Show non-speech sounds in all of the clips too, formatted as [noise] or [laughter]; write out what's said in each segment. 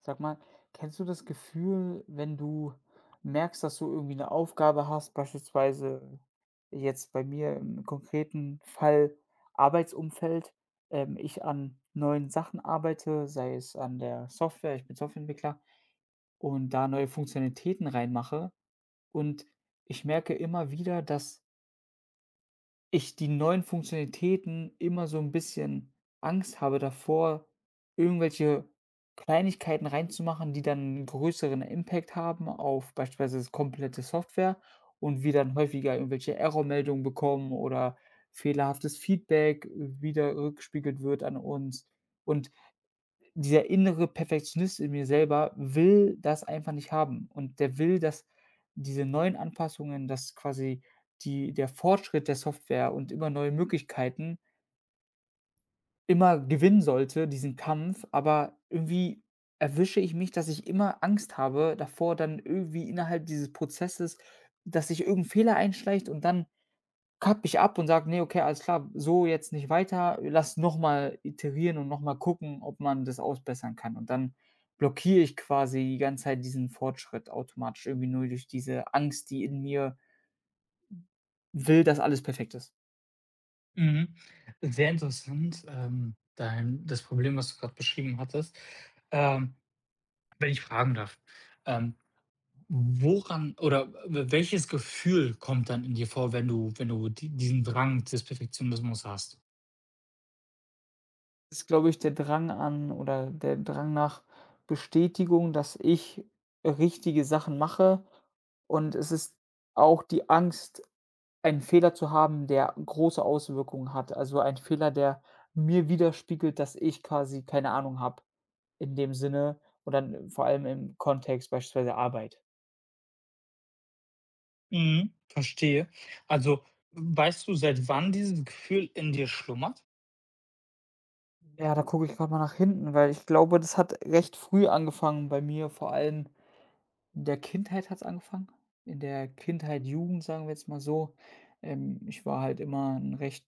Sag mal, kennst du das Gefühl, wenn du merkst, dass du irgendwie eine Aufgabe hast, beispielsweise jetzt bei mir im konkreten Fall Arbeitsumfeld, ich an neuen Sachen arbeite, sei es an der Software, ich bin Softwareentwickler und da neue Funktionalitäten reinmache, und ich merke immer wieder, dass ich die neuen Funktionalitäten immer so ein bisschen Angst habe davor, irgendwelche Kleinigkeiten reinzumachen, die dann 'n größeren Impact haben auf beispielsweise das komplette Software und wir dann häufiger irgendwelche Error-Meldungen bekommen oder fehlerhaftes Feedback wieder rückgespiegelt wird an uns. Und dieser innere Perfektionist in mir selber will das einfach nicht haben, und der will, dass diese neuen Anpassungen, dass quasi die der Fortschritt der Software und immer neue Möglichkeiten immer gewinnen sollte, diesen Kampf, aber irgendwie erwische ich mich, dass ich immer Angst habe davor, dann irgendwie innerhalb dieses Prozesses, dass sich irgend 'n Fehler einschleicht, und dann kapp ich ab und sage: „Ne, okay, alles klar, so jetzt nicht weiter. Lass noch mal iterieren und noch mal gucken, ob man das ausbessern kann.“ Und dann blockiere ich quasi die ganze Zeit diesen Fortschritt automatisch irgendwie nur durch diese Angst, die in mir will, dass alles perfekt ist. Mhm. Sehr interessant, dein das Problem, was du gerade beschrieben hattest. Ähm, Wenn ich fragen darf, ähm, woran oder w welches Gefühl kommt dann in dir vor, wenn du wenn du di diesen Drang des Perfektionismus hast? Ist, glaube ich, der Drang an oder der Drang nach Bestätigung, dass ich richtige Sachen mache, und es ist auch die Angst, einen Fehler zu haben, der große Auswirkungen hat. Also ein Fehler, der mir widerspiegelt, dass ich quasi keine Ahnung habe in dem Sinne, und dann vor allem im Kontext beispielsweise Arbeit. Mhm, verstehe. Also, weißt du, seit wann dieses Gefühl in dir schlummert? Ja, da gucke ich gerade mal nach hinten, weil ich glaube, das hat recht früh angefangen bei mir, vor allem in der Kindheit hat es angefangen. In der Kindheit, Jugend, sagen wir jetzt mal so. Ich war halt immer ein recht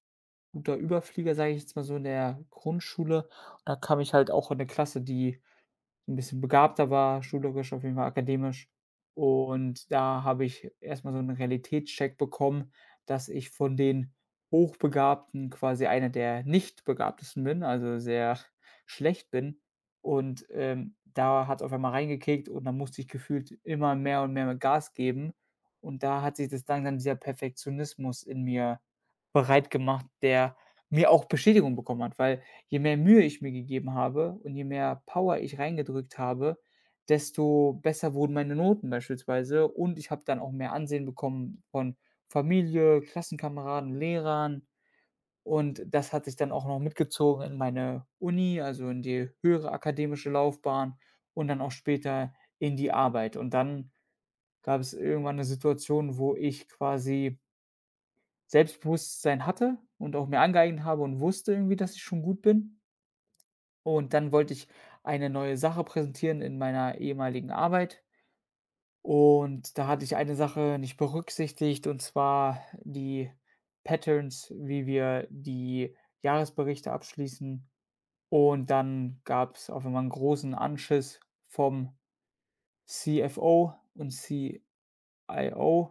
guter Überflieger, sage ich jetzt mal so, in der Grundschule. Und da kam ich halt auch in eine Klasse, die ein bisschen begabter war, schulerisch auf jeden Fall, akademisch. Und da habe ich erstmal so 'n Realitätscheck bekommen, dass ich von den Hochbegabten quasi einer der Nicht-Begabtesten bin, also sehr schlecht bin. Und da hat's auf einmal reingekickt und dann musste ich gefühlt immer mehr und mehr Gas geben. Und da hat sich das langsam dieser Perfektionismus in mir bereit gemacht, der mir auch Bestätigung bekommen hat, weil je mehr Mühe ich mir gegeben habe und je mehr Power ich reingedrückt habe, desto besser wurden meine Noten beispielsweise, und ich habe dann auch mehr Ansehen bekommen von Familie, Klassenkameraden, Lehrern, und das hat sich dann auch noch mitgezogen in meine Uni, also in die höhere akademische Laufbahn, und dann auch später in die Arbeit. Und dann gab es irgendwann 'ne Situation, wo ich quasi Selbstbewusstsein hatte und auch mir angeeignet habe und wusste irgendwie, dass ich schon gut bin. Und dann wollte ich eine neue Sache präsentieren in meiner ehemaligen Arbeit. Und da hatte ich eine Sache nicht berücksichtigt, und zwar die Patterns, wie wir die Jahresberichte abschließen. Und dann gab es auf einmal einen großen Anschiss vom CFO und CIO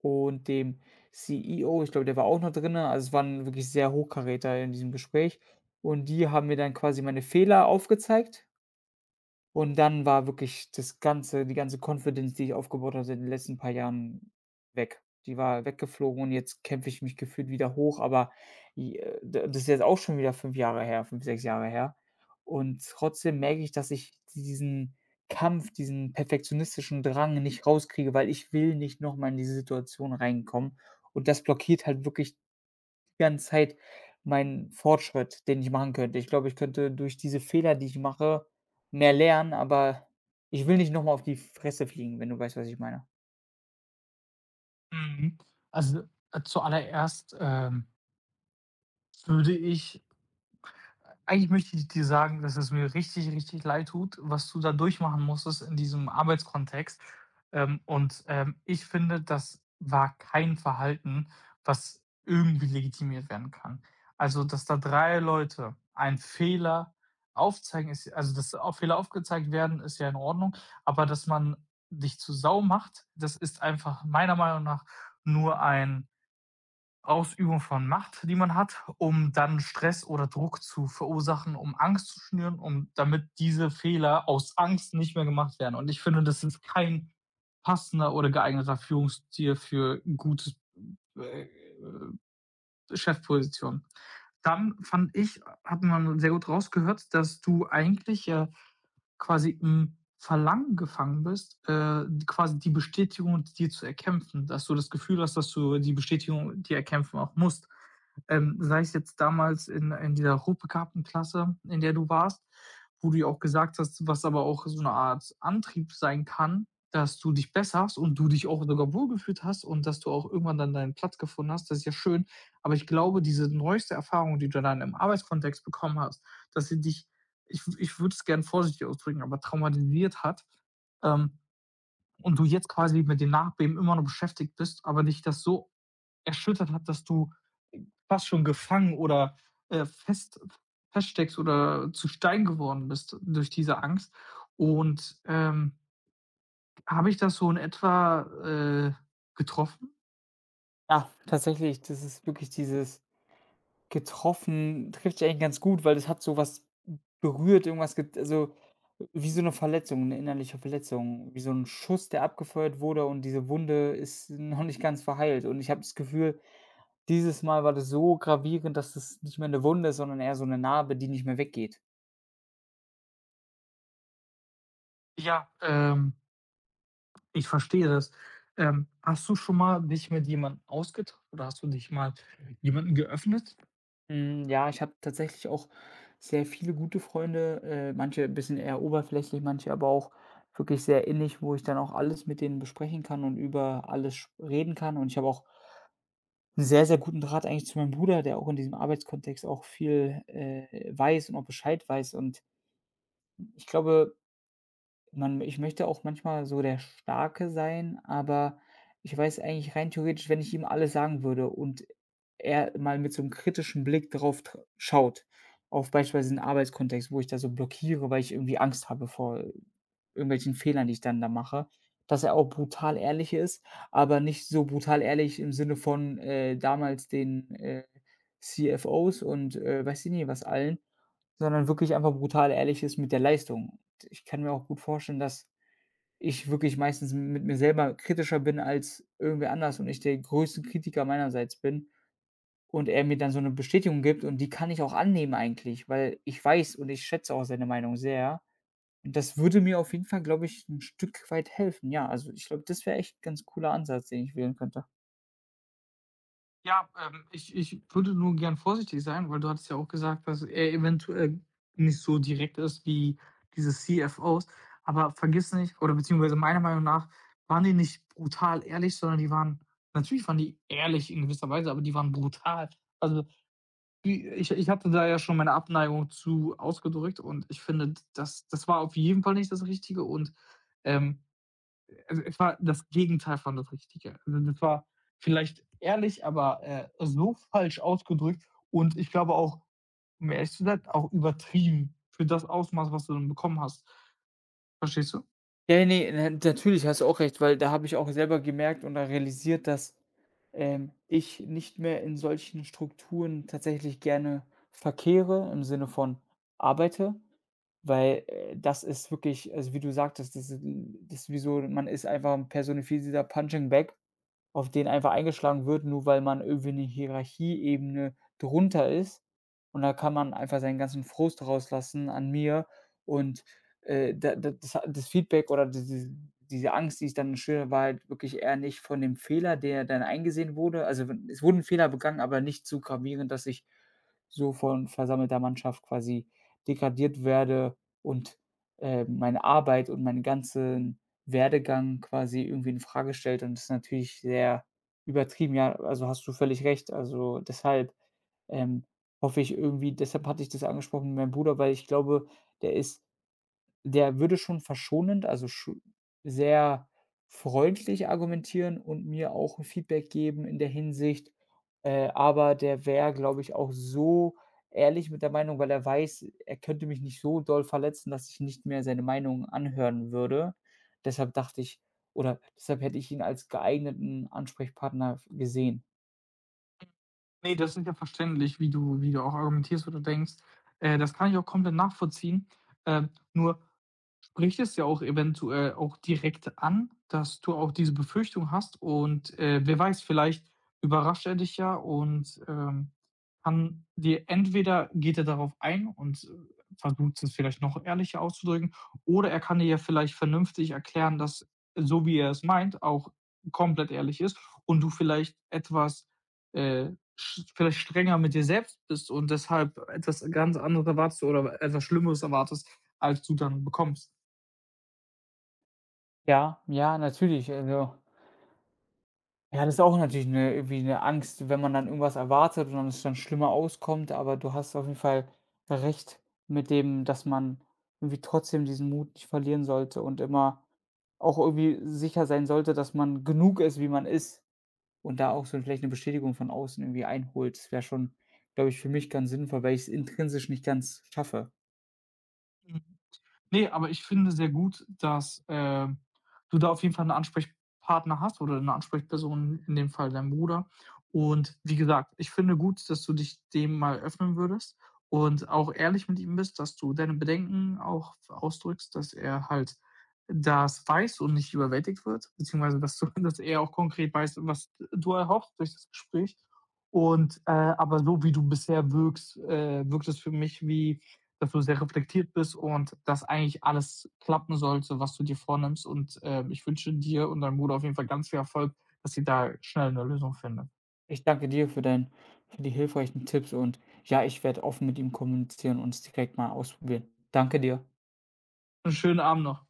und dem CEO. Ich glaube, der war auch noch drinnen. Also, es waren wirklich sehr Hochkaräter in diesem Gespräch. Und die haben mir dann quasi meine Fehler aufgezeigt. Und dann war wirklich das ganze die ganze Confidence, die ich aufgebaut hatte in den letzten paar Jahren, weg. Die war weggeflogen, und jetzt kämpfe ich mich gefühlt wieder hoch, aber j d das ist jetzt auch schon wieder 5 Jahre her, 5, 6 Jahre her. Und trotzdem merke ich, dass ich diesen Kampf, diesen perfektionistischen Drang nicht rauskriege, weil ich will nicht noch mal in diese Situation reinkommen. Und das blockiert halt wirklich ganze Zeit meinen Fortschritt, den ich machen könnte. Ich glaube, ich könnte durch diese Fehler, die ich mache, mehr lernen, aber ich will nicht nochmal auf die Fresse fliegen, wenn du weißt, was ich meine. Mhm. Also, zuallererst, würde ich eigentlich möchte ich dir sagen, dass es mir richtig, richtig leid tut, was du da durchmachen musstest in diesem Arbeitskontext. Und ich finde, das war kein Verhalten, was irgendwie legitimiert werden kann. Also, dass da drei Leute einen Fehler aufzeigen, ist, also dass auch Fehler aufgezeigt werden, ist ja in Ordnung, aber dass man dich zu Sau macht, das ist einfach meiner Meinung nach nur ein Ausübung von Macht, die man hat, um dann Stress oder Druck zu verursachen, um Angst zu schnüren, um damit diese Fehler aus Angst nicht mehr gemacht werden. Und ich finde, das ist kein passender oder geeigneter Führungsstil für 'n gutes, äh, Chefposition. Dann fand ich, hat man sehr gut rausgehört, dass du eigentlich, quasi im Verlangen gefangen bist, quasi die Bestätigung dir zu erkämpfen, dass du das Gefühl hast, dass du die Bestätigung dir erkämpfen auch musst. Sei es jetzt damals in dieser Rotbegabtenklasse, in der du warst, wo du ja auch gesagt hast, was aber auch so eine Art Antrieb sein kann, dass du dich besserst und du dich auch sogar wohlgefühlt hast und dass du auch irgendwann dann deinen Platz gefunden hast. Das ist ja schön. Aber ich glaube, diese neueste Erfahrung, die du dann im Arbeitskontext bekommen hast, dass sie dich ich würde es gerne vorsichtig ausdrücken, aber traumatisiert hat, ähm, und du jetzt quasi mit dem Nachbeben immer noch beschäftigt bist, aber dich das so erschüttert hat, dass du fast schon gefangen oder fest, feststeckst oder zu Stein geworden bist durch diese Angst. Und habe ich das so in etwa getroffen? Ja, tatsächlich, das ist wirklich dieses getroffen trifft sich eigentlich ganz gut, weil das hat so was berührt, irgendwas get also, wie so eine Verletzung, eine innerliche Verletzung, wie so ein Schuss, der abgefeuert wurde, und diese Wunde ist noch nicht ganz verheilt, und ich habe das Gefühl, dieses Mal war das so gravierend, dass das nicht mehr 'ne Wunde ist, sondern eher so 'ne Narbe, die nicht mehr weggeht. Ja, ich verstehe das. Hast du schon mal dich mit jemandem ausgetauscht oder hast du dich mal jemandem geöffnet? Hm, ja, ich habe tatsächlich auch sehr viele gute Freunde, manche bisschen eher oberflächlich, manche aber auch wirklich sehr innig, wo ich dann auch alles mit denen besprechen kann und über alles sch reden kann. Und ich habe auch 'n sehr, sehr guten Draht eigentlich zu meinem Bruder, der auch in diesem Arbeitskontext auch viel, weiß und auch Bescheid weiß. Und ich glaube, Man ich möchte auch manchmal so der Starke sein, aber ich weiß eigentlich rein theoretisch, wenn ich ihm alles sagen würde und er mal mit so einem kritischen Blick drauf tr schaut, auf beispielsweise 'n Arbeitskontext, wo ich da so blockiere, weil ich irgendwie Angst habe vor irgendwelchen Fehlern, die ich dann da mache, dass er auch brutal ehrlich ist, aber nicht so brutal ehrlich im Sinne von, damals den, CFOs und, weiß ich nicht was allen, sondern wirklich einfach brutal ehrlich ist mit der Leistung. Ich kann mir auch gut vorstellen, dass ich wirklich meistens mit mir selber kritischer bin als irgendwer anders und ich der größte Kritiker meinerseits bin, und er mir dann so 'ne Bestätigung gibt, und die kann ich auch annehmen eigentlich, weil ich weiß und ich schätze auch seine Meinung sehr. Und das würde mir auf jeden Fall, glaube ich, 'n Stück weit helfen. Ja, also ich glaube, das wäre echt 'n ganz cooler Ansatz, den ich wählen könnte. Ja, ich würde nur gern vorsichtig sein, weil du hattest ja auch gesagt, dass er eventuell nicht so direkt ist wie diese CFOs. Aber vergiss nicht oder beziehungsweise meiner Meinung nach waren die nicht brutal ehrlich, sondern die waren natürlich waren die ehrlich in gewisser Weise, aber die waren brutal. Also, wie ich hatte da ja schon meine Abneigung zu ausgedrückt und ich finde, das war auf jeden Fall nicht das Richtige und, ähm, also es war das Gegenteil von das Richtige. Also das war vielleicht ehrlich, aber so falsch ausgedrückt und ich glaube auch, um ehrlich zu sein, auch übertrieben für das Ausmaß, was du dann bekommen hast. Verstehst du? Ja, ne, natürlich, hast du auch recht, weil da habe ich auch selber gemerkt und da realisiert, dass, ich nicht mehr in solchen Strukturen tatsächlich gerne verkehre, im Sinne von arbeite, weil, das ist wirklich, also, wie du sagtest, das ist wie so, man ist einfach 'n personifizierter Punching Bag, auf den einfach eingeschlagen wird, nur weil man irgendwie 'ne Hierarchieebene drunter ist. Und da kann man einfach seinen ganzen Frust rauslassen an mir, und, da da das ha das Feedback oder diese Angst, die ich dann schüre, war halt wirklich eher nicht von dem Fehler, der dann eingesehen wurde. Also, wenn es wurde 'n Fehler begangen, aber nicht so gravierend, dass ich so von versammelter Mannschaft quasi degradiert werde, und, meine Arbeit und meine ganzen Werdegang quasi irgendwie in Frage stellt, und das ist natürlich sehr übertrieben. Ja, also hast du völlig recht. Also deshalb, ähm, hoffe ich irgendwie, deshalb hatte ich das angesprochen mit meinem Bruder, weil ich glaube, der ist der würde schon verschonend, also scho sehr freundlich argumentieren und mir auch 'n Feedback geben in der Hinsicht, aber der wäre, glaube ich, auch so ehrlich mit der Meinung, weil er weiß, er könnte mich nicht so doll verletzen, dass ich nicht mehr seine Meinung anhören würde. Deshalb dachte ich oder deshalb hätte ich ihn als geeigneten Ansprechpartner gesehen. Nee, das ist ja verständlich, wie du auch argumentierst oder denkst. Das kann ich auch komplett nachvollziehen. Äh, Nur spricht es ja auch eventuell auch direkt an, dass du auch diese Befürchtung hast und, wer weiß, vielleicht überrascht er dich ja und, kann dir entweder geht er darauf ein und, versucht es vielleicht noch ehrlicher auszudrücken, oder er kann dir ja vielleicht vernünftig erklären, dass so, wie er es meint, auch komplett ehrlich ist und du vielleicht etwas, äh, sch vielleicht strenger mit dir selbst bist und deshalb etwas ganz anderes erwartest oder etwas Schlimmeres erwartest, als du dann bekommst. Ja, ja, natürlich, das ist auch natürlich eine irgendwie eine Angst, wenn man dann irgendwas erwartet und dann es dann schlimmer auskommt, aber du hast auf jeden Fall recht mit dem, dass man irgendwie trotzdem diesen Mut nicht verlieren sollte und immer auch irgendwie sicher sein sollte, dass man genug ist, wie man ist, und da auch so vielleicht eine Bestätigung von außen irgendwie einholt. Das wäre schon, glaube ich, für mich ganz sinnvoll, weil ich es intrinsisch nicht ganz schaffe. Mhm. Ne, aber ich finde sehr gut, dass, du da auf jeden Fall 'n Ansprechpartner hast oder 'ne Ansprechperson, in dem Fall dein Bruder. Und wie gesagt, ich finde gut, dass du dich dem mal öffnen würdest und auch ehrlich mit ihm bist, dass du deine Bedenken auch f ausdrückst, dass er halt das weiß und nicht überwältigt wird, beziehungsweise dass du [laughs] dass er auch konkret weiß, was d du erhoffst durch das Gespräch. Und, aber so wie du bisher wirkst, wirkt es für mich wie dass du sehr reflektiert bist und dass eigentlich alles klappen sollte, was du dir vornimmst. Und ich wünsche dir und deinem Bruder auf jeden Fall ganz viel Erfolg, dass ihr da schnell eine Lösung findet. Ich danke dir für die hilfreichen Tipps, und ja, ich werde offen mit ihm kommunizieren und es direkt mal ausprobieren. Danke dir. Einen schönen Abend noch.